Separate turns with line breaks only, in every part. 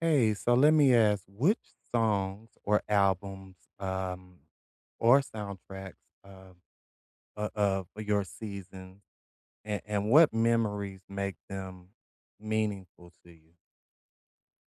Hey, so let me ask, which songs or albums, or soundtracks of of your seasons, and what memories make them meaningful to you?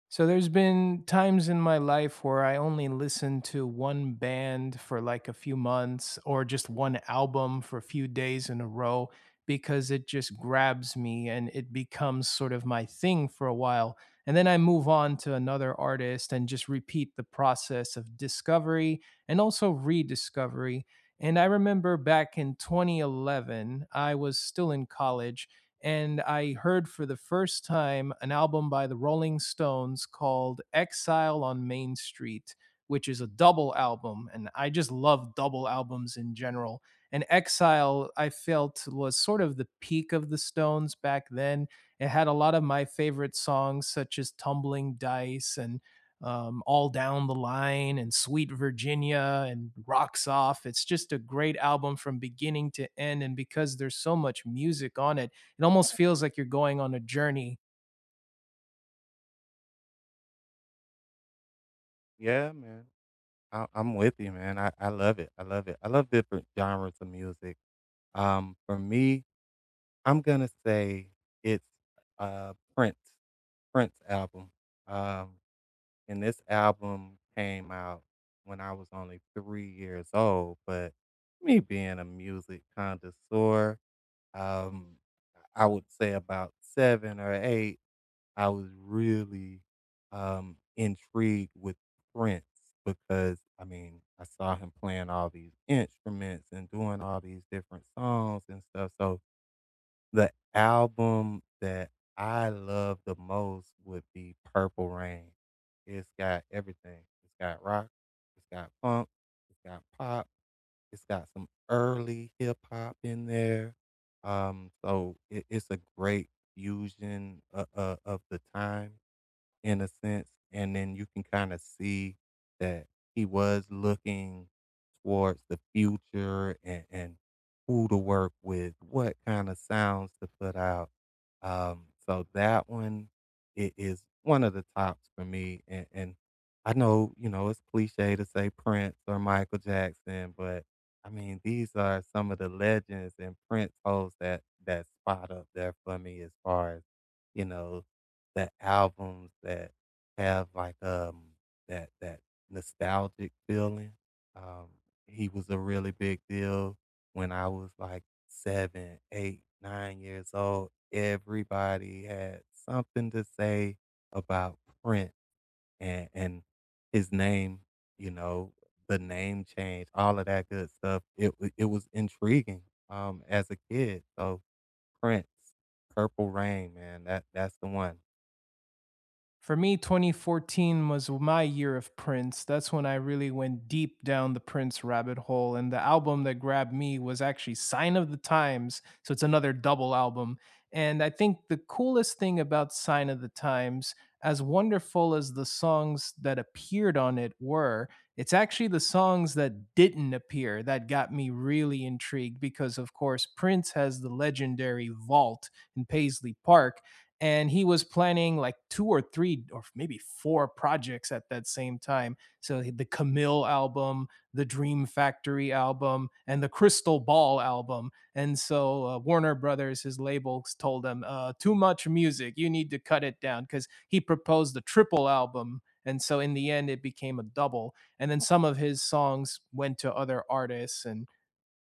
So there's been times in my life where I only listened to one band for like a few months or just one album for a few days in a row because it just grabs me and it becomes sort of my thing for a while. And then I move on to another artist and just repeat the process of discovery and also rediscovery. And I remember back in 2011, I was still in college and I heard for the first time an album by the Rolling Stones called Exile on Main Street, which is a double album. And I just love double albums in general. And Exile, I felt, was sort of the peak of the Stones back then. It had a lot of my favorite songs, such as Tumbling Dice and All Down the Line and Sweet Virginia and Rocks Off. It's just a great album from beginning to end. And because there's so much music on it, it almost feels like you're going on a journey.
Yeah, man. I'm with you, man. I love it. I love it. I love different genres of music. For me, I'm gonna say it's, uh, Prince Prince album. Um And this album came out when I was only 3 years old, but me being a music connoisseur, um, I would say about 7 or 8, I was really, intrigued with Prince because, I mean, I saw him playing all these instruments and doing all these different songs and stuff, so the album that I love the most would be Purple Rain. It's got everything. It's got rock, it's got funk, it's got pop, it's got some early hip hop in there. So it's a great fusion of the time in a sense, and then you can kinda see that he was looking towards the future and who to work with, what kinda sounds to put out. So that one it is one of the tops for me, and I know, you know, it's cliche to say Prince or Michael Jackson, but, I mean, these are some of the legends, and Prince holds that spot up there for me as far as, you know, the albums that have like, that nostalgic feeling. Um, he was a really big deal when I was like 7, 8, 9 years old. Everybody had something to say about Prince and his name, you know, the name change, all of that good stuff. It was intriguing, as a kid. So Prince, Purple Rain, man, that's the one.
For me, 2014 was my year of Prince. That's when I really went deep down the Prince rabbit hole. And the album that grabbed me was actually Sign of the Times. So it's another double album. And I think the coolest thing about Sign of the Times, as wonderful as the songs that appeared on it were, it's actually the songs that didn't appear that got me really intrigued because, of course, Prince has the legendary vault in Paisley Park, and he was planning like two or three or maybe four projects at that same time. So the camille album, the dream factory album, and the crystal ball album. And so warner brothers, his labels, told him too much music, you need to cut it down, because he proposed the triple album. And so in the end it became a double, and then some of his songs went to other artists and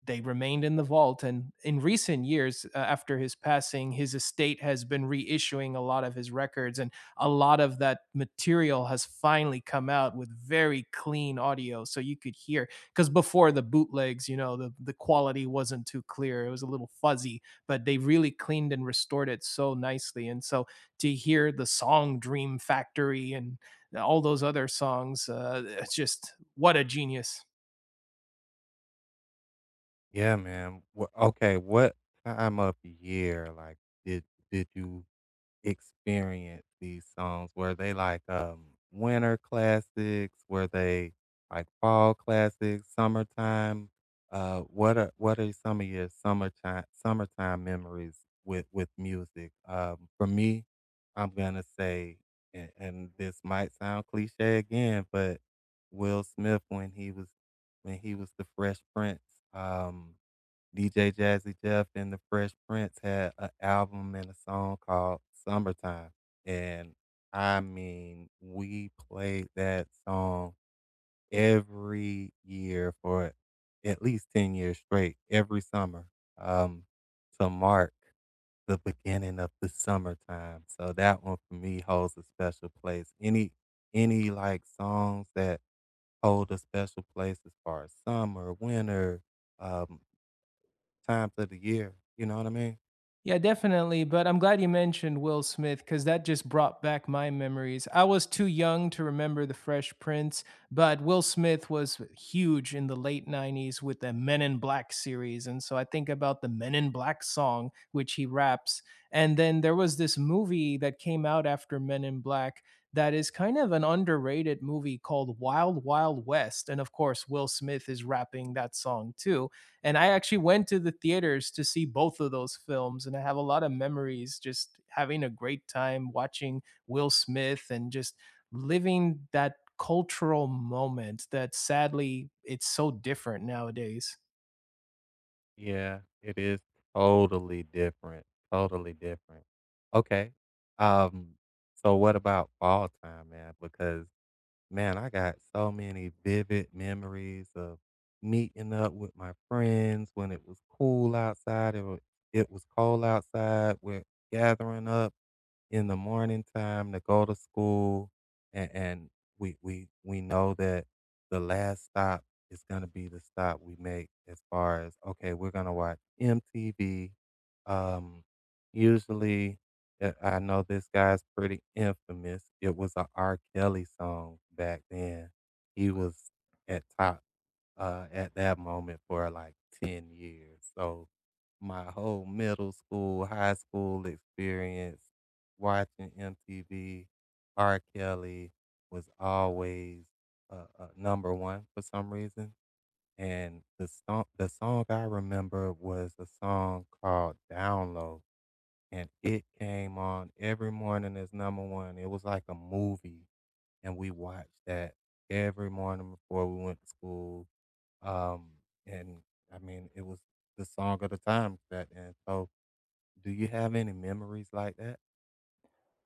they remained in the vault. And in recent years, after his passing, his estate has been reissuing a lot of his records, and a lot of that material has finally come out with very clean audio. So you could hear, because before the bootlegs, you know, the quality wasn't too clear, it was a little fuzzy, but they really cleaned and restored it so nicely. And so to hear the song Dream Factory and all those other songs, it's just what a genius.
Yeah, man. Wha okay, what time of year, like, did did you experience these songs? Were they, like, winter classics? Were they, like, fall classics, summertime? What are some of your summertime memories with music? For me, I'm gonna say, and this might sound cliche again, but Will Smith when he was the Fresh Prince, um DJ Jazzy Jeff and the Fresh Prince had an album and a song called "Summertime," and I mean, we played that song every year for at least 10 years straight, every summer, um, to mark the beginning of the summertime. So that one for me holds a special place. Any like songs that hold a special place as far as summer, winter, um, times of the year. You know what I mean?
Yeah, definitely. But I'm glad you mentioned Will Smith because that just brought back my memories. I was too young to remember The Fresh Prince, but Will Smith was huge in the late 90s with the Men in Black series. And so I think about the Men in Black song, which he raps. And then there was this movie that came out after Men in Black that is kind of an underrated movie called Wild Wild West. And of course, Will Smith is rapping that song too. And I actually went to the theaters to see both of those films. And I have a lot of memories just having a great time watching Will Smith and just living that cultural moment that sadly it's so different nowadays.
Yeah, it is totally different. Totally different. Okay. Um, so what about fall time, man? Because man, I got so many vivid memories of meeting up with my friends when it was cool outside, it was cold outside, we're gathering up in the morning time to go to school, and we know that the last stop is going to be the stop we make as far as okay, we're going to watch MTV. Um, Usually, I know this guy's pretty infamous. It was a R. Kelly song back then. He was at top at that moment for like 10 years. So my whole middle school, high school experience watching MTV, R. Kelly was always number one for some reason. And the song I remember was a song called Down Low, and it came on every morning as number one. It was like a movie, and we watched that every morning before we went to school. Um, and I mean, it was the song of the time back then. So do you have any memories like that?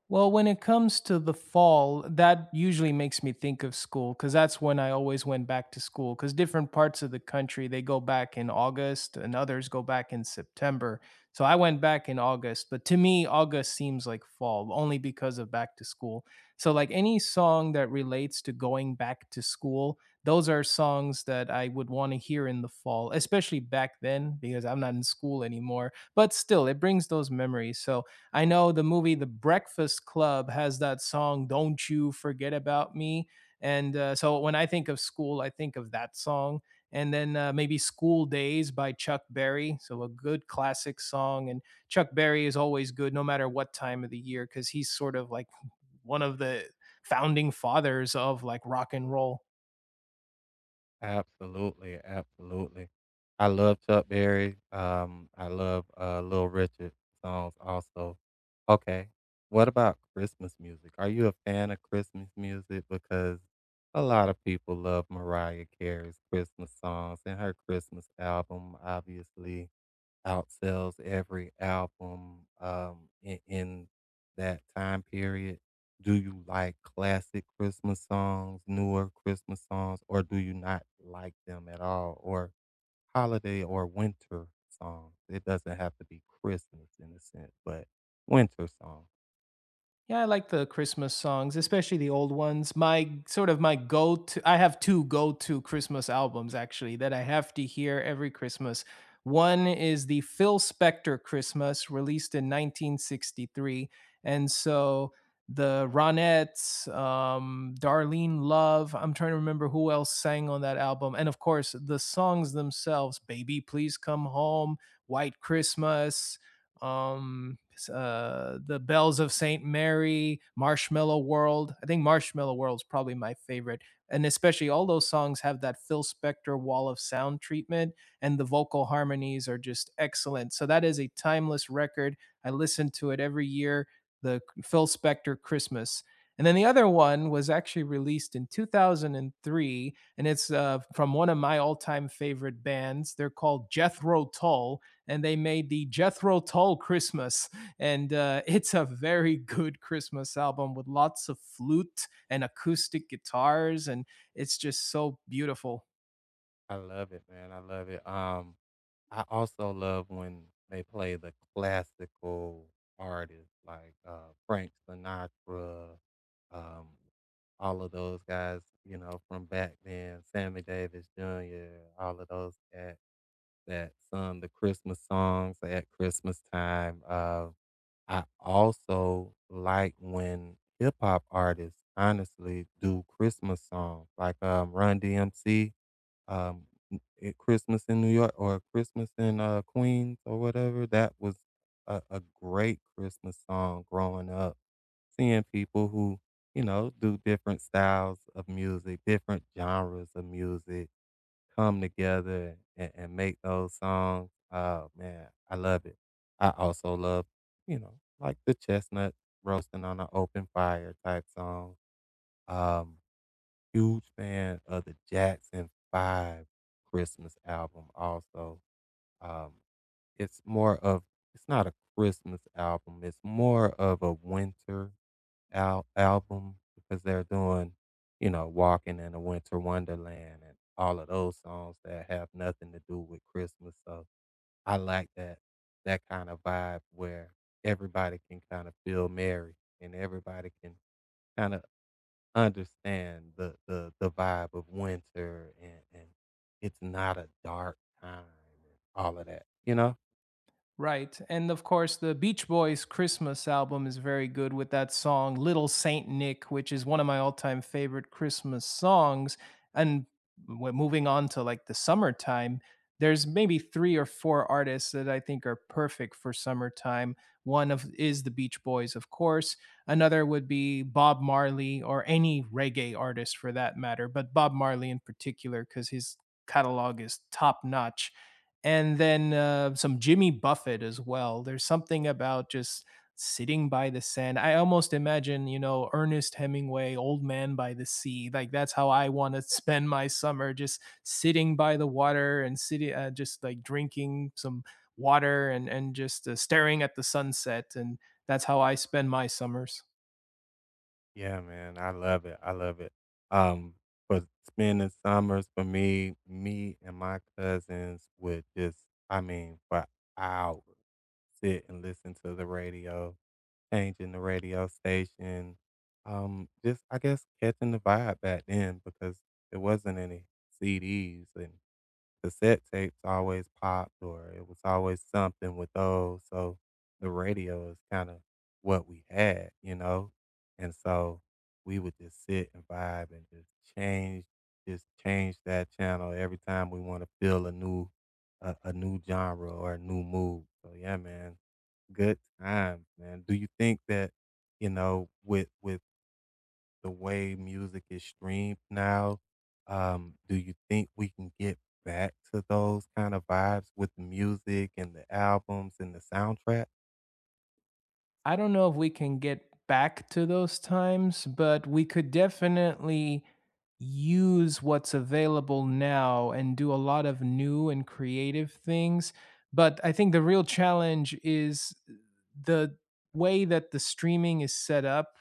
Well, when it comes to the fall, that usually makes me think of school because that's when I always went back to school. Because different parts of the country, they go back in August and others go back in September. So I went back in August, but to me, August seems like fall only because of back to school. So, like any song that relates to going back to school, those are songs that I would want to hear in the fall, especially back then because I'm not in school anymore. But still, it brings those memories. So, I know the movie The Breakfast Club has that song "Don't You Forget About Me," and so when I think of school, I think of that song, and then maybe "School Days" by Chuck Berry. So a good classic song, and Chuck Berry is always good, no matter what time of the year, because he's sort of like one of the founding fathers of like rock and roll.
Absolutely, absolutely. I love Chuck Berry. I love Little Richard songs also. Okay, what about Christmas music? Are you a fan of Christmas music? Because a lot of people love Mariah Carey's Christmas songs and her Christmas album, obviously. Outsells every album in that time period? Do you like classic Christmas songs, newer Christmas songs, or do you not like them at all? Or holiday or winter songs? It doesn't have to be Christmas in a sense, but winter songs.
Yeah, I like the Christmas songs, especially the old ones. My sort of my go to, I have two go to Christmas albums actually that I have to hear every Christmas. One is the Phil Spector Christmas, released in 1963. And so the Ronettes, Darlene Love, I'm trying to remember who else sang on that album. And of course, the songs themselves, Baby, Please Come Home, White Christmas, um the bells of saint mary, marshmallow world. I think Marshmallow World is probably my favorite, and especially all those songs have that Phil Spector wall of sound treatment, and the vocal harmonies are just excellent. So that is a timeless record. I listen to it every year, the Phil Spector Christmas. And then the other one was actually released in 2003, and it's from one of my all-time favorite bands. They're called Jethro Tull, and they made the Jethro Tull Christmas. And it's a very good Christmas album with lots of flute and acoustic guitars. And it's just so beautiful.
I love it, man. I love it. I also love when they play the classical artists like Frank Sinatra, um, all of those guys, you know, from back then, Sammy Davis Jr., all of those cats that sung the Christmas songs at Christmas time. I also like when hip hop artists honestly do Christmas songs like Run DMC um, Christmas in New York or Christmas in Queens or whatever. That was a great Christmas song growing up. Seeing people who, you know, do different styles of music, different genres of music come together and make those songs. Oh, man, I love it. I also love, you know, like the chestnut roasting on an open fire type song. Um, Huge fan of the Jackson 5 Christmas album also. Um, it's more of it's not a Christmas album. It's more of a winter album because they're doing, you know, Walking in a Winter Wonderland and all of those songs that have nothing to do with Christmas. So I like that that kind of vibe where everybody can kind of feel merry and everybody can kind of understand the vibe of winter and it's not a dark time and all of that, you know?
Right. And of course, the Beach Boys Christmas album is very good with that song Little Saint Nick, which is one of my all-time favorite Christmas songs. And moving on to like the summertime, there's maybe 3 or 4 artists that I think are perfect for summertime. One of is the Beach Boys, of course. Another would be Bob Marley or any reggae artist for that matter, but Bob Marley in particular cuz his catalog is top notch, and then some Jimmy Buffett as well. There's something about just sitting by the sand. I almost imagine, you know, Ernest Hemingway, Old Man by the Sea. Like that's how I want to spend my summer, just sitting by the water and sitting, just like drinking some water and just staring at the sunset. And that's how I spend my summers.
Yeah, man, I love it. I love it. Um, for spending summers for me, me and my cousins would just, I mean, for hours sit and listen to the radio, changing the radio station. Just I guess catching the vibe back then because there wasn't any CDs and cassette tapes always popped or it was always something with those. So the radio is kind of what we had, you know? And so we would just sit and vibe and just change, just change that channel every time we want to feel a new genre or a new mood. So yeah, man, good times, man. Do you think that, you know, with the way music is streamed now, do you think we can get back to those kind of vibes with the music and the albums and the soundtrack?
I don't know if we can get back to those times, but we could definitely use what's available now and do a lot of new and creative things. But I think the real challenge is the way that the streaming is set up.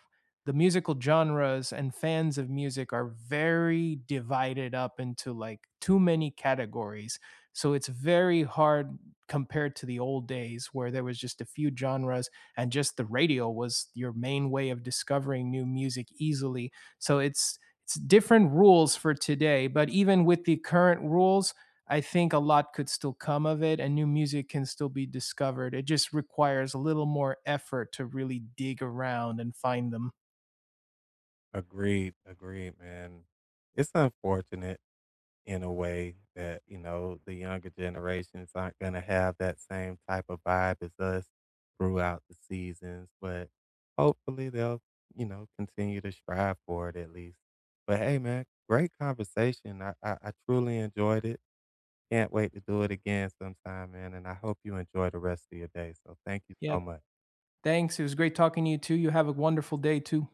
The musical genres and fans of music are very divided up into like too many categories. So it's very hard compared to the old days where there was just a few genres, and just the radio was your main way of discovering new music easily. So it's different rules for today, but even with the current rules, I think a lot could still come of it, and new music can still be discovered. It just requires a little more effort to really dig around and find them.
Agreed, agreed, man. It's unfortunate in a way that, you know, the younger generations aren't going to have that same type of vibe as us throughout the seasons, but hopefully they'll, you know, continue to strive for it at least. But hey, man, great conversation. I truly enjoyed it. Can't wait to do it again sometime, man, and I hope you enjoy the rest of your day, so thank you
Yeah,
so much.
thanks. It was great talking to you too. You have a wonderful day too.